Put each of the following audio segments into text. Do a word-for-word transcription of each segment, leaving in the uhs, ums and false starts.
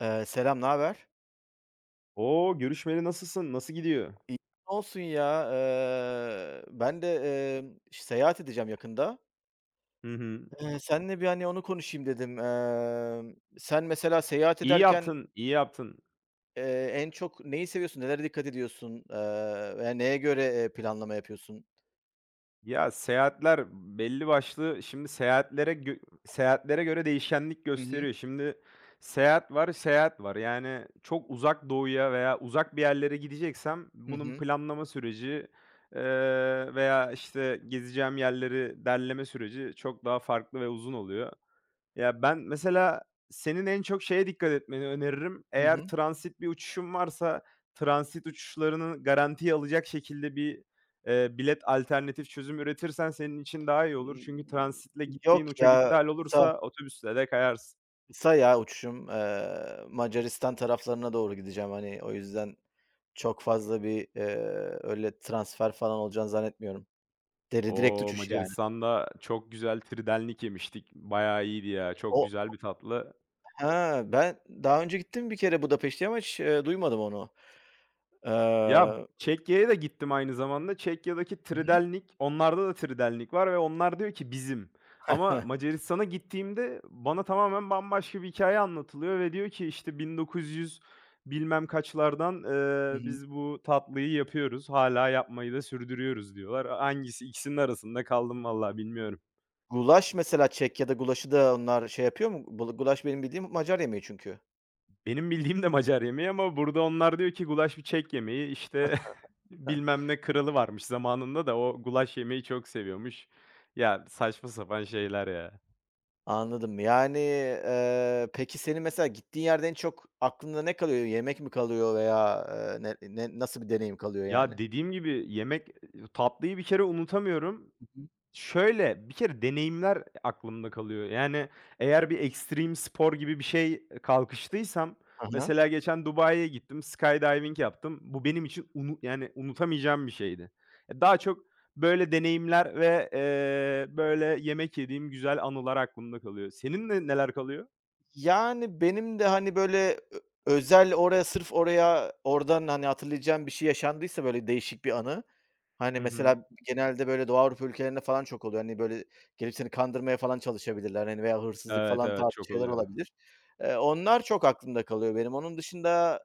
Eee, selam, ne haber? O! Görüşmeli nasılsın? Nasıl gidiyor? İyi olsun ya. Eee, ben de, emm, seyahat edeceğim yakında. Hı hı. Eee, seninle bir, hani, onu konuşayım dedim. Emm, sen mesela seyahat İyi ederken, yaptın, iyi yaptın. eee, en çok neyi seviyorsun? Nelere dikkat ediyorsun? Eee, veya neye göre, eee, planlama yapıyorsun? Ya, seyahatler belli başlı şimdi seyahatlere gö seyahatlere göre değişkenlik Hı hı. gösteriyor. Şimdi seyahat var, seyahat var. Yani çok uzak doğuya veya uzak bir yerlere gideceksem Hı bunun hı. planlama süreci, eee, veya, işte, gezeceğim yerleri derleme süreci çok daha farklı ve uzun oluyor. Ya, ben mesela senin en çok şeye dikkat etmeni öneririm. Hı Eğer hı. transit bir uçuşun varsa transit uçuşlarını garantiye alacak şekilde bir, eee, bilet alternatif çözüm üretirsen senin için daha iyi olur. Çünkü İii, transitle yok gittiğin uçak ya, iptal kısa olursa otobüsle de kayarsın. kısa ya uçuşum. Eee, Macaristan taraflarına doğru gideceğim, hani, o yüzden çok fazla bir, eee, öyle transfer falan olacağını zannetmiyorum. Dere direkt O, uçuş yani. Macaristan'da çok güzel tridenlik yemiştik. Bayağı iyiydi ya. Çok O güzel bir tatlı. Ha, ben daha önce gittim bir kere Budapeşte'ye ama hiç, eee, duymadım onu. Ya, Eee Çekya'ya da gittim aynı zamanda. Çekya'daki Hı hı. Tridelnik, onlarda da Tridelnik var ve onlar diyor ki "bizim", ama Heh. Macaristan'a gittiğimde bana tamamen bambaşka bir hikâye anlatılıyor ve diyor ki işte bin dokuz yüz bilmem kaçlardan, Hı eee, hı. "Biz bu tatlıyı yapıyoruz, hala yapmayı da sürdürüyoruz." diyorlar. Hangisi, ikisinin arasında kaldım, vallahi bilmiyorum. Gulaş mesela Çekya'da gulaşı da onlar şey yapıyor mu? Bula gulaş benim bildiğim Macar yemeği çünkü. Benim bildiğim de Macar yemeği ama burada onlar diyor ki gulaş bir Çek yemeği. İşte Heh, bilmem ne kralı varmış zamanında da o gulaş yemeği çok seviyormuş. Ya, saçma sapan şeyler ya. anladım. Yani, eee, peki senin mesela gittiğin yerde en çok aklında ne kalıyor? Yemek mi kalıyor veya, eee, ne ne nasıl bir deneyim kalıyor Ya, yani? dediğim gibi yemek, e, tatlıyı bir kere unutamıyorum. Hı hı. Şöyle, bir kere deneyimler aklımda kalıyor. Yani, eğer bir ekstrem spor gibi bir şey, e, kalkıştıysam, Hı hı. mesela geçen Dubai'ye gittim, skydiving yaptım. Bu benim için unu yani, unutamayacağım bir şeydi. Eee, daha çok böyle deneyimler ve, eee, böyle yemek yediğim güzel anılar aklımda kalıyor. Senin ne neler kalıyor? Yani, benim de, hani, böyle, ö özel oraya sırf oraya oradan, hani, hatırlayacağım bir şey yaşandıysa, böyle, değişik bir anı, hani, Hı hı. mesela genelde, böyle, Doğu Avrupa ülkelerinde falan çok oluyor. Hani, böyle, gelip seni kandırmaya falan çalışabilirler, hani, veya hırsızlık Evet, falan evet, tarzı çok şeyler oluyor. olabilir. Eee, onlar çok aklımda kalıyor benim. Onun dışında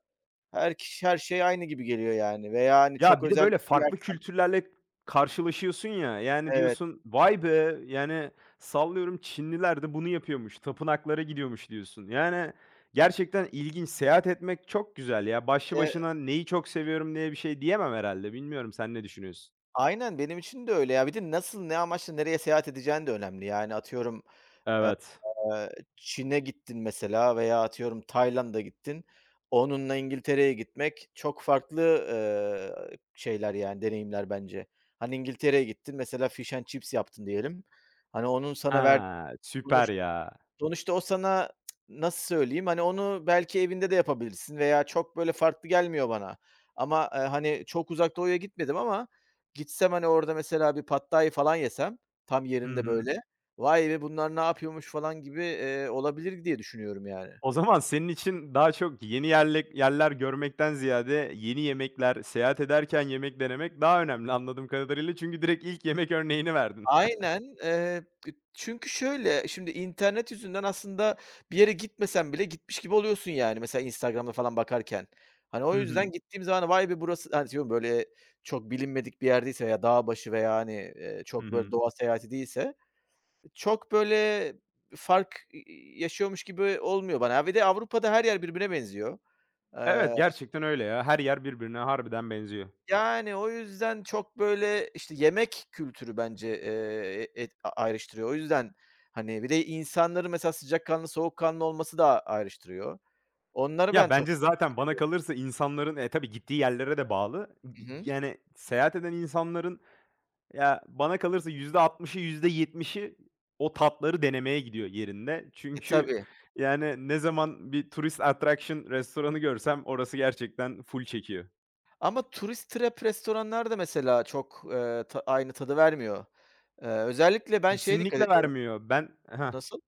her kişi her şey aynı gibi geliyor, yani, veya, hani, çok Ya, bir de özel bir böyle şey. farklı kültürlerle karşılaşıyorsun ya, yani, Evet, diyorsun, "Vay be!" Yani, sallıyorum, Çinliler de bunu yapıyormuş, tapınaklara gidiyormuş diyorsun. Yani, gerçekten ilginç. Seyahat etmek çok güzel ya. Başlı eee başına neyi çok seviyorum diye bir şey diyemem herhalde. Bilmiyorum, sen ne düşünüyorsun? Aynen, benim için de öyle ya. Bir de nasıl, ne amaçla nereye seyahat edeceğin de önemli. Yani, atıyorum, Evet. Eee, Çin'e gittin mesela veya atıyorum Tayland'a gittin. Onunla İngiltere'ye gitmek çok farklı, eee, şeyler yani deneyimler bence. Hani İngiltere'ye gittin mesela fish and chips yaptın diyelim. Hani onun sana verdiği Ha, süper ya. sonuçta o sana nasıl söyleyeyim, hani, onu belki evinde de yapabilirsin veya çok, böyle, farklı gelmiyor bana ama, eee, hani, çok Uzak Doğu'ya gitmedim ama gitsem, hani, orada mesela bir Pad falan yesem tam Hı yerinde, hı. böyle, "Vay be, bunlar ne yapıyormuş?" falan gibi, eee, olabilir diye düşünüyorum yani. O zaman senin için daha çok yeni yerlek yerler görmekten ziyade yeni yemekler, seyahat ederken yemek denemek daha önemli anladığım kadarıyla. Çünkü direkt ilk yemek örneğini verdin. Aynen, eee, çünkü şöyle, şimdi internet yüzünden aslında bir yere gitmesen bile gitmiş gibi oluyorsun yani mesela Instagram'da falan bakarken. Hani, o Hı hı. yüzden gittiğim zaman vay be burası hani, diyorum böyle çok bilinmedik bir yerdeyse veya dağ başı veya, hani, eee, Hı çok böyle hı. doğa seyahati değilse çok böyle fark, iii, yaşıyormuş gibi olmuyor bana. Ya, bir de Avrupa'da her yer birbirine benziyor. Eee Evet, gerçekten öyle ya. Her yer birbirine harbiden benziyor. Yani, o yüzden çok, böyle, işte, yemek kültürü bence, eee, e, et a ayrıştırıyor. O yüzden, hani, bir de insanların mesela sıcakkanlı, soğukkanlı olması da ayrıştırıyor. Onları Ya, ben çok. bence zaten bana kalırsa insanların, eee, tabii gittiği yerlere de bağlı. Hı G hı. Yani seyahat eden insanların, ya, bana kalırsa yüzde altmışı, yüzde %70'i o tatları denemeye gidiyor yerinde. E, Çünkü, tabii. yani, ne zaman bir turist attraction restoranı görsem orası gerçekten full çekiyor. Ama turist trap restoranlar da mesela çok, eee, ta aynı tadı vermiyor. Eee, özellikle ben şeye dikkat Kesinlikle ediyorum. vermiyor. Ben Hah. Nasıl?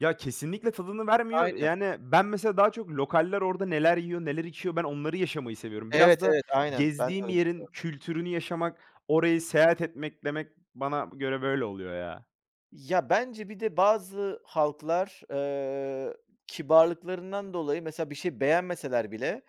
Ya, kesinlikle tadını vermiyor. Aynen. Yani, ben mesela daha çok lokaller orada neler yiyor, neler içiyor, ben onları yaşamayı seviyorum. Biraz Evet, da evet, aynen. Ben de gezdiğim öyle. yerin kültürünü yaşamak, orayı seyahat etmek demek bana göre böyle oluyor ya. Ya, bence bir de bazı halklar, eee, kibarlıklarından dolayı mesela bir şey beğenmeseler bile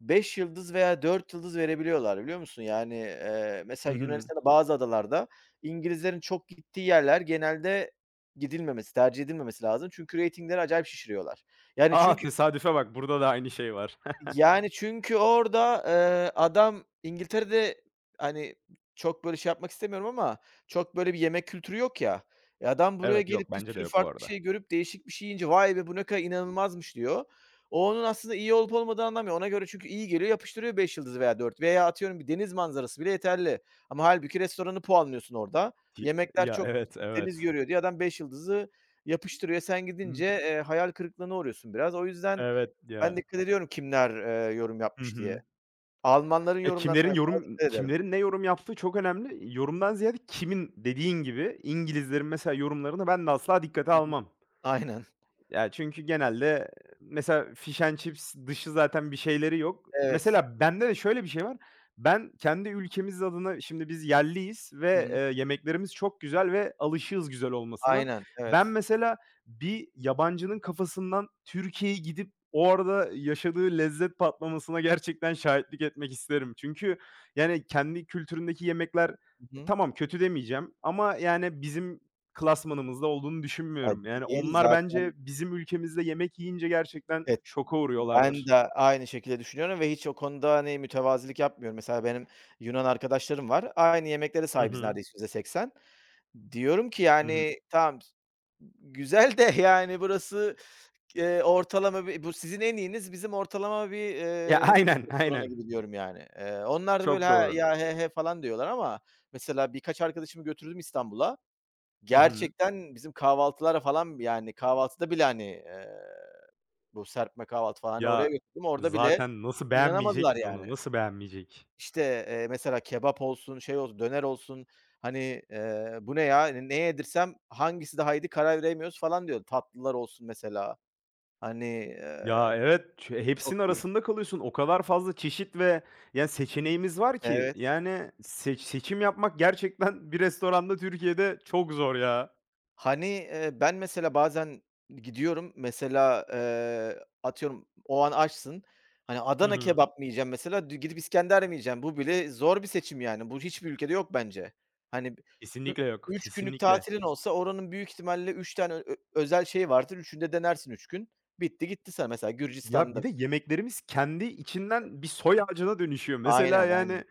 beş yıldız veya dört yıldız verebiliyorlar, biliyor musun? Yani, eee, mesela Hı hı. Yunanistan'da bazı adalarda İngilizlerin çok gittiği yerler genelde gidilmemesi, tercih edilmemesi lazım. Çünkü reytingleri acayip şişiriyorlar. Yani A! çünkü Tesadüfe bak, burada da aynı şey var. yani, çünkü orada, eee, adam İngiltere'de, hani, çok böyle şey yapmak istemiyorum ama çok böyle bir yemek kültürü yok ya. E, adam buraya Evet, gelip yok, bir bence de sürü yok bu farklı arada. şey görüp değişik bir şey yiyince "Vay be, bu ne kadar inanılmazmış." diyor. O onun aslında iyi olup olmadığını anlamıyor. Ona göre çünkü iyi geliyor, yapıştırıyor beş yıldızı veya dört veya atıyorum bir deniz manzarası bile yeterli ama hâlbuki restoranı puanlıyorsun orada. Ki Yemekler Ya, çok kötü, evet, deniz evet. görüyor diye adam beş yıldızı yapıştırıyor. Sen gidince, Hımm. eee, hayal kırıklığına uğruyorsun biraz. O yüzden, Evet ben ya. dikkat ediyorum kimler, eee, yorum Hı yapmış diye. hı. Almanların Ya, yorumlarına kimlerin mesela yorum dikkat ederim. kimlerin ne yorum yaptığı çok önemli. Yorumdan ziyade kimin dediğin gibi, İngilizlerin mesela yorumlarını ben de asla dikkate Hı hı. almam. Aynen, Ya, çünkü genelde mesela fish and chips dışı zaten bir şeyleri yok. evet. Mesela bende de şöyle bir şey var. Ben kendi ülkemiz adına, şimdi biz yerliyiz Hı ve, hı. eee, yemeklerimiz çok güzel ve alışığız güzel olmasına. Aynen, Ben evet. mesela bir yabancının kafasından Türkiye'ye gidip orada yaşadığı lezzet patlamasına gerçekten şahitlik etmek isterim. Çünkü yani kendi kültüründeki yemekler, Hı hı. tamam kötü demeyeceğim, ama yani bizim klasmanımızda olduğunu Ya, düşünmüyorum. Yani değil onlar bence zaten. bizim ülkemizde yemek yiyince gerçekten eee şoka Ben uğruyorlardır. de aynı şekilde düşünüyorum ve hiç o konuda, hani, mütevazilik yapmıyorum. Mesela benim Yunan arkadaşlarım var. Aynı yemeklere Hı sahibiz hı. neredeyse yüzde seksen. Diyorum ki, Hı hı. yani, tamam, güzel de, yani, burası, eee, ortalama bir bu sizin en iyiniz, bizim ortalama bir, Ya, eee, Türk aynen, restoranı aynen. gibi diyorum, yani. Eee, onlar da böyle, Çok "Ha, doğru. ya, he he." falan diyorlar ama mesela birkaç arkadaşımı götürdüm İstanbul'a. Hı hı. Gerçekten bizim kahvaltılara falan, yani, kahvaltıda bile, hani, eee bu serpme kahvaltı falan, hani, oraya Ya, götürdüm. Orada bile zaten nasıl beğenmeyecek inanamadılar ki onu? yani. Nasıl beğenmeyecek? İşte, eee, mesela kebap olsun, şey olsun, döner olsun, hani, eee, "Bu ne ya? Hani, ne yedirsem hangisi daha iyiydi karar veremiyoruz." falan diyordu. Tatlılar olsun mesela. Hani, eee, Ya, evet, ç e, çok hepsinin iyi. arasında kalıyorsun. O kadar fazla çeşit ve yani seçeneğimiz var ki. Evet. Yani seç seçim yapmak gerçekten bir restoranda Türkiye'de çok zor ya. Hani, eee, ben mesela bazen gidiyorum, mesela, eee, atıyorum o an açsın, hani, Hı Adana hı. kebap mı yiyeceğim mesela, d gidip İskender mi yiyeceğim? Bu bile zor bir seçim yani. Bu hiçbir ülkede yok bence. Hani, ü Kesinlikle yok. üç günlük Kesinlikle. tatilin olsa oranın büyük ihtimalle üç tane ö özel şeyi vardır. üçünü de denersin üç gün. Bitti gitti sana. Mesela Ya, bir Gürcistan'da. de yemeklerimiz kendi içinden bir soy ağacına dönüşüyor. Mesela, Aynen, aynen. yani,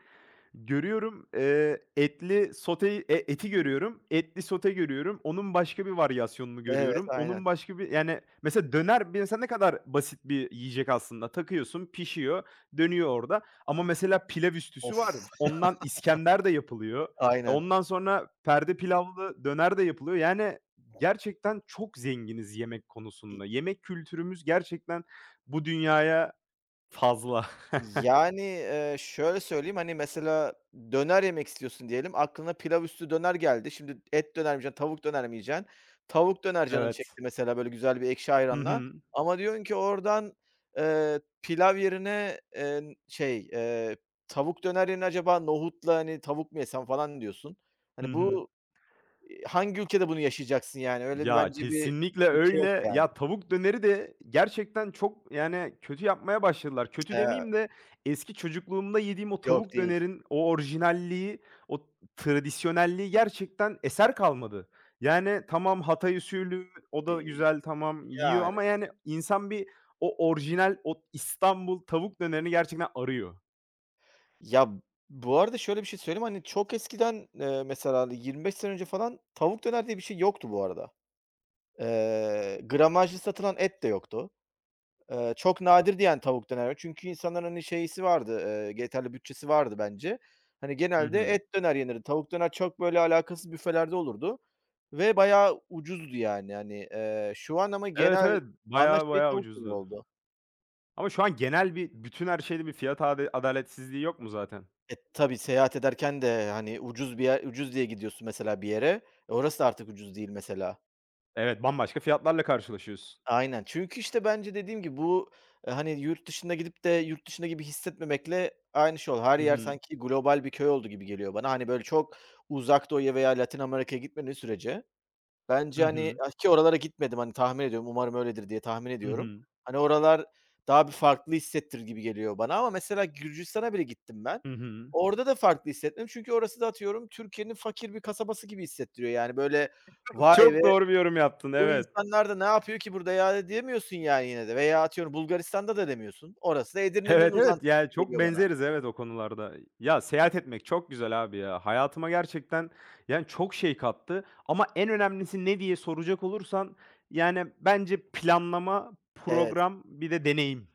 görüyorum, eee, etli sote e eti görüyorum, etli sote görüyorum. Onun başka bir varyasyonunu Evet, görüyorum. Onun aynen. başka bir yani, mesela döner bir mesela ne kadar basit bir yiyecek aslında. Takıyorsun, pişiyor, dönüyor orada ama mesela pilav üstüsü var. Of, Ondan İskender de yapılıyor. E, aynen. Ondan sonra perde pilavlı döner de yapılıyor. Yani, gerçekten çok zenginiz yemek konusunda. Yemek kültürümüz gerçekten bu dünyaya fazla. Yani, eee, şöyle söyleyeyim, hani, mesela döner yemek istiyorsun diyelim, aklına pilav üstü döner geldi. Şimdi et döner mi yiyeceksin, tavuk döner mi yiyeceksin? Tavuk döner canın Evet. çekti mesela, böyle güzel bir ekşi Hı ayranla hı. ama diyorsun ki oradan, eee, pilav yerine, eee, şey, eee, tavuk döner yerine acaba nohutla, hani, tavuk mu yesem falan diyorsun. Hı Hani, hı. bu, iii, hangi ülkede bunu yaşayacaksın yani? Öyle bir Ya, bence bir kesinlikle ülke yok öyle. yani. Ya, tavuk döneri de gerçekten çok, yani, kötü yapmaya başladılar. Kötü Eee, demeyeyim de eski çocukluğumda yediğim o yok tavuk değil. dönerin o orijinalliği, o tradisyonelliği gerçekten eser kalmadı. Yani, tamam Hatay usulü, o da İii, güzel, tamam yiyor yani. ama, yani, insan bir o orijinal, o İstanbul tavuk dönerini gerçekten arıyor. Ya, bu arada şöyle bir şey söyleyeyim, hani, çok eskiden, eee, mesela, hani, yirmi beş sene önce falan tavuk döner diye bir şey yoktu bu arada. Eee, gramajlı satılan et de yoktu. Eee, çok nadirdi yani tavuk döner. Çünkü insanların, hani, şeysi vardı, eee, yeterli bütçesi vardı bence. Hani, Hı genelde hı. et döner yenirdi. Tavuk döner çok, böyle, alakasız büfelerde olurdu ve bayağı ucuzdu yani. Yani eee, şu an ama Evet, genel evet. ana Bayağı şey bayağı tavuk döner ucuzdu. oldu. Ama şu an genel bir bütün her şeyde bir fiyat ade adaletsizliği yok mu zaten? E, tabii seyahat ederken de, hani, ucuz bir yer ucuz diye gidiyorsun mesela bir yere. E, orası da artık ucuz değil mesela. Evet, bambaşka fiyatlarla karşılaşıyorsun. Aynen. Çünkü, işte, bence dediğim gibi bu, eee, hani, yurt dışına gidip de yurt dışında gibi hissetmemekle aynı şey oldu. Her Hı yer hı. sanki global bir köy oldu gibi geliyor bana. Hani, böyle çok Uzak Doğu'ya veya Latin Amerika'ya gitmediğin sürece bence, Hı hani, hı. ah, ki oralara gitmedim, hani, tahmin ediyorum, umarım öyledir diye tahmin Hı ediyorum. hı. Hani, oralar daha bir farklı hissettir gibi geliyor bana ama mesela Gürcistan'a bile gittim ben. Hı hı. Orada da farklı hissettim çünkü orası da atıyorum Türkiye'nin fakir bir kasabası gibi hissettiriyor. Yani, böyle, "Vay be, Çok doğru bir yorum yaptın, bu evet. insanlar da ne yapıyor ki burada ya?" diyemiyorsun yani yine de veya atıyorum Bulgaristan'da da demiyorsun. Orası da Edirne'nin Evet, evet, uzantısı yani, gibi çok geliyor bana. benzeriz, evet, o konularda. Ya, seyahat etmek çok güzel abi ya. Hayatıma gerçekten, yani, çok şey kattı ama en önemlisi ne diye soracak olursan, yani, bence planlama, Evet, program, bir de deneyim.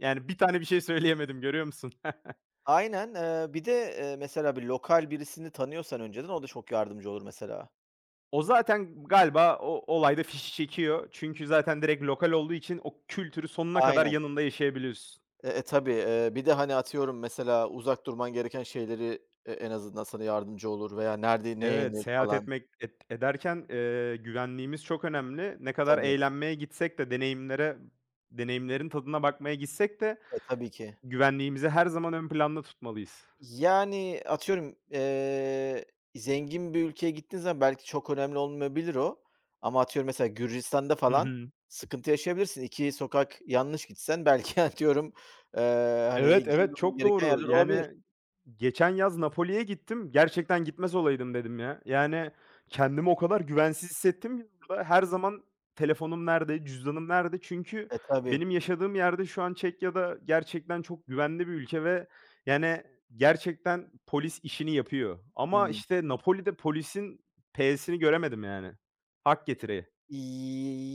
Yani, bir tane bir şey söyleyemedim, görüyor musun? aynen. Eee, bir de, eee, mesela bir lokal birisini tanıyorsan önceden o da çok yardımcı olur mesela. O zaten galiba o olayda fişi çekiyor. Çünkü zaten direkt lokal olduğu için o kültürü sonuna kadar Aynen. yanında yaşayabiliyorsun. E, e, tabii, eee, bir de, hani, atıyorum mesela uzak durman gereken şeyleri e en azından sana yardımcı olur veya nerede ne Evet, yenir seyahat falan. etmek et ederken, eee, güvenliğimiz çok önemli. Ne E, kadar tabii. eğlenmeye gitsek de deneyimlere deneyimlerin tadına bakmaya gitsek de E, tabii ki. güvenliğimizi her zaman ön planda tutmalıyız. Yani, atıyorum, eee, zengin bir ülkeye gittiğin zaman belki çok önemli olmayabilir o ama atıyorum mesela Gürcistan'da Hı falan hı. sıkıntı yaşayabilirsin. iki sokak yanlış gitsen belki atıyorum, eee, Evet, hani, evet, girmemen çok gereken doğru. yerler olabilir. Yani geçen yaz Napoli'ye gittim. Gerçekten gitmez olaydım dedim ya. Yani kendimi o kadar güvensiz hissettim ki orada. Her zaman telefonum nerede, cüzdanım nerede? Çünkü E, tabii. benim yaşadığım yerde, şu an Çekya'da, gerçekten çok güvenli bir ülke ve yani gerçekten polis işini yapıyor. Ama Hıı. işte Napoli'de polisin p'sini göremedim yani. Hak getire.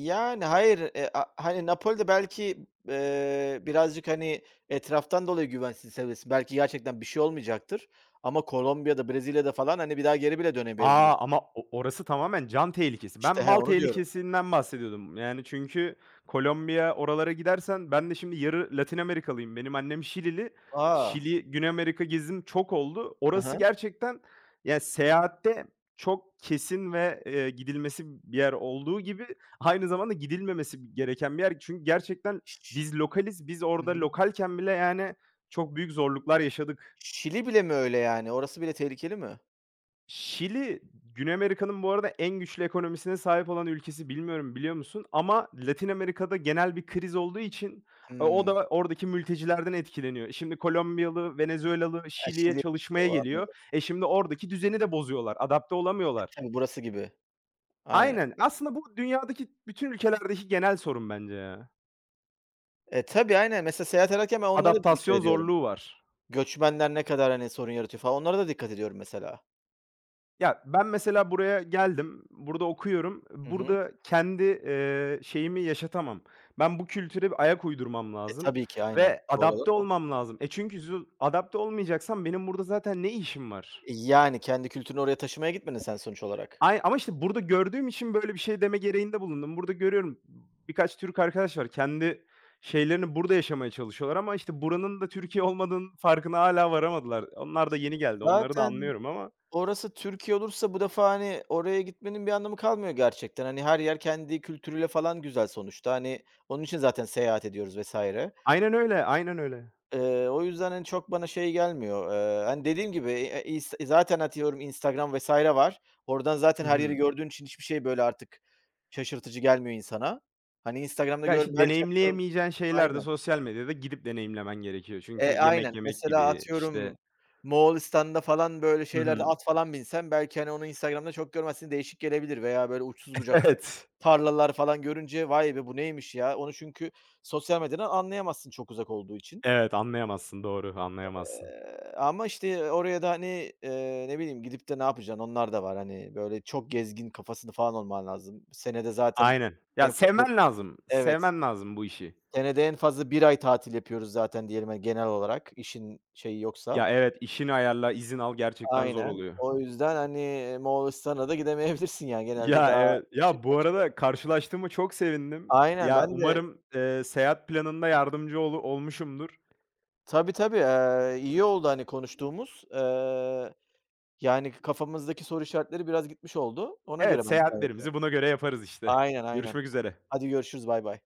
Yani, hayır, eee, a hani, Napoli'de belki, eee, birazcık, hani, etraftan dolayı güvensiz seviyesi, belki gerçekten bir şey olmayacaktır ama Kolombiya'da, Brezilya'da falan, hani, bir daha geri bile A! dönemeyebilirsin. Ama o, orası tamamen can tehlikesi. Ben İşte, he, mal onu diyorum. tehlikesinden bahsediyordum. Yani çünkü Kolombiya, oralara gidersen, ben de şimdi yarı Latin Amerikalıyım. Benim annem Şilili. A! Şili, Güney Amerika gezim çok oldu. Hı Orası hı. gerçekten ya seyahatte çok kesin ve, eee, gidilmesi bir yer olduğu gibi aynı zamanda gidilmemesi gereken bir yer. Çünkü gerçekten Ş. biz lokaliz. Biz Hı orada hı. lokalken bile yani çok büyük zorluklar yaşadık. Şili bile mi öyle yani? Orası bile tehlikeli mi? Şili, Güney Amerika'nın bu arada en güçlü ekonomisine sahip olan ülkesi. Bilmiyorum, biliyor musun? Ama Latin Amerika'da genel bir kriz olduğu için, e, o Hımm. da oradaki mültecilerden etkileniyor. Şimdi Kolombiyalı, Venezuelalı Ha, Şili'ye Şili. çalışmaya O, geliyor. anladım. E, şimdi oradaki düzeni de bozuyorlar. Adapte olamıyorlar. Tabii, burası gibi. Aynen. Aynen. Aslında bu dünyadaki bütün ülkelerdeki genel sorun bence ya. E, tabii, aynen. Mesela seyahat ederken ben onlara da dikkat Adaptasyon ediyorum. zorluğu var. Göçmenler ne kadar, hani, sorun yaratıyor falan, onlara da dikkat ediyorum mesela. Ya, ben mesela buraya geldim, burada okuyorum. Hı hı. Burada kendi, eee, şeyimi yaşatamam. Ben bu kültüre bir ayak uydurmam E, lazım tabii ki aynen. ve Doğru olan adapte o. olmam lazım. E, çünkü zu adapte olmayacaksam benim burada zaten ne işim var? Yani kendi kültürünü oraya taşımaya gitmedin sen sonuç olarak. Ay, ama işte burada gördüğüm için böyle bir şey deme gereğinde bulundum. Burada görüyorum birkaç Türk arkadaş var. Kendi şeylerini burada yaşamaya çalışıyorlar ama işte buranın da Türkiye olmadığının farkına hala varamadılar. Onlar da yeni geldi, onları da Zaten anlıyorum ama orası Türkiye olursa bu defa, hani, oraya gitmenin bir anlamı kalmıyor gerçekten. Hani, her yer kendi kültürüyle falan güzel sonuçta. Hani, onun için zaten seyahat ediyoruz vesaire. aynen öyle, aynen öyle. Eee, o yüzden, hani, çok bana şey gelmiyor. Eee, hani, dediğim gibi, eee, ins zaten atıyorum Instagram vesaire var. Oradan zaten Hı her yeri hı. gördüğün için hiçbir şey böyle artık şaşırtıcı gelmiyor insana. Hani, Instagram'da Ya, gör işte, belki atıyorum. deneyimleyemeyeceğin şeyler de Aynen. sosyal medyada gidip deneyimlemen gerekiyor. E, Çünkü yemek aynen. yemek Mesela gibi, işte. atıyorum Moğolistan'da falan böyle Hı şeylerde hı. at falan binsen belki, hani, onu Instagram'da çok görmezsin, değişik gelebilir veya böyle uçsuz bucaksız Evet. tarlalar falan görünce "Vay be, bu neymiş ya?" Onu çünkü sosyal medyadan anlayamazsın çok uzak olduğu için. Evet, anlayamazsın, doğru, anlayamazsın. Eee, ama işte oraya da, hani, eee, ne bileyim gidip de ne yapacaksın? Onlar da var. Hani, böyle çok gezgin kafasında falan olman lazım. Senede zaten Aynen. Ya, en fazla. sevmen lazım, Evet. sevmen lazım bu işi. Senede en fazla bir ay tatil yapıyoruz zaten diyelim, hani, genel olarak işin şeyi yoksa. Ya, evet, işini ayarla, izin al gerçekten zor Aynen. oluyor. O yüzden, hani, Moğolistan'a da gidemeyebilirsin yani genelde Ya, daha evet. işin Ya, bu başka. arada karşılaştığıma çok sevindim. Aynen Ya, ben de. umarım, eee, seyahat planında yardımcı olu olmuşumdur. Tabii, tabii. Eee, iyi oldu, hani, konuştuğumuz. Eee, yani kafamızdaki soru işaretleri biraz gitmiş oldu. Ona göre Evet, ben plan yapacağım. seyahatlerimizi buna göre yaparız işte. Aynen, aynen. Görüşmek üzere. Hadi görüşürüz. Baybay.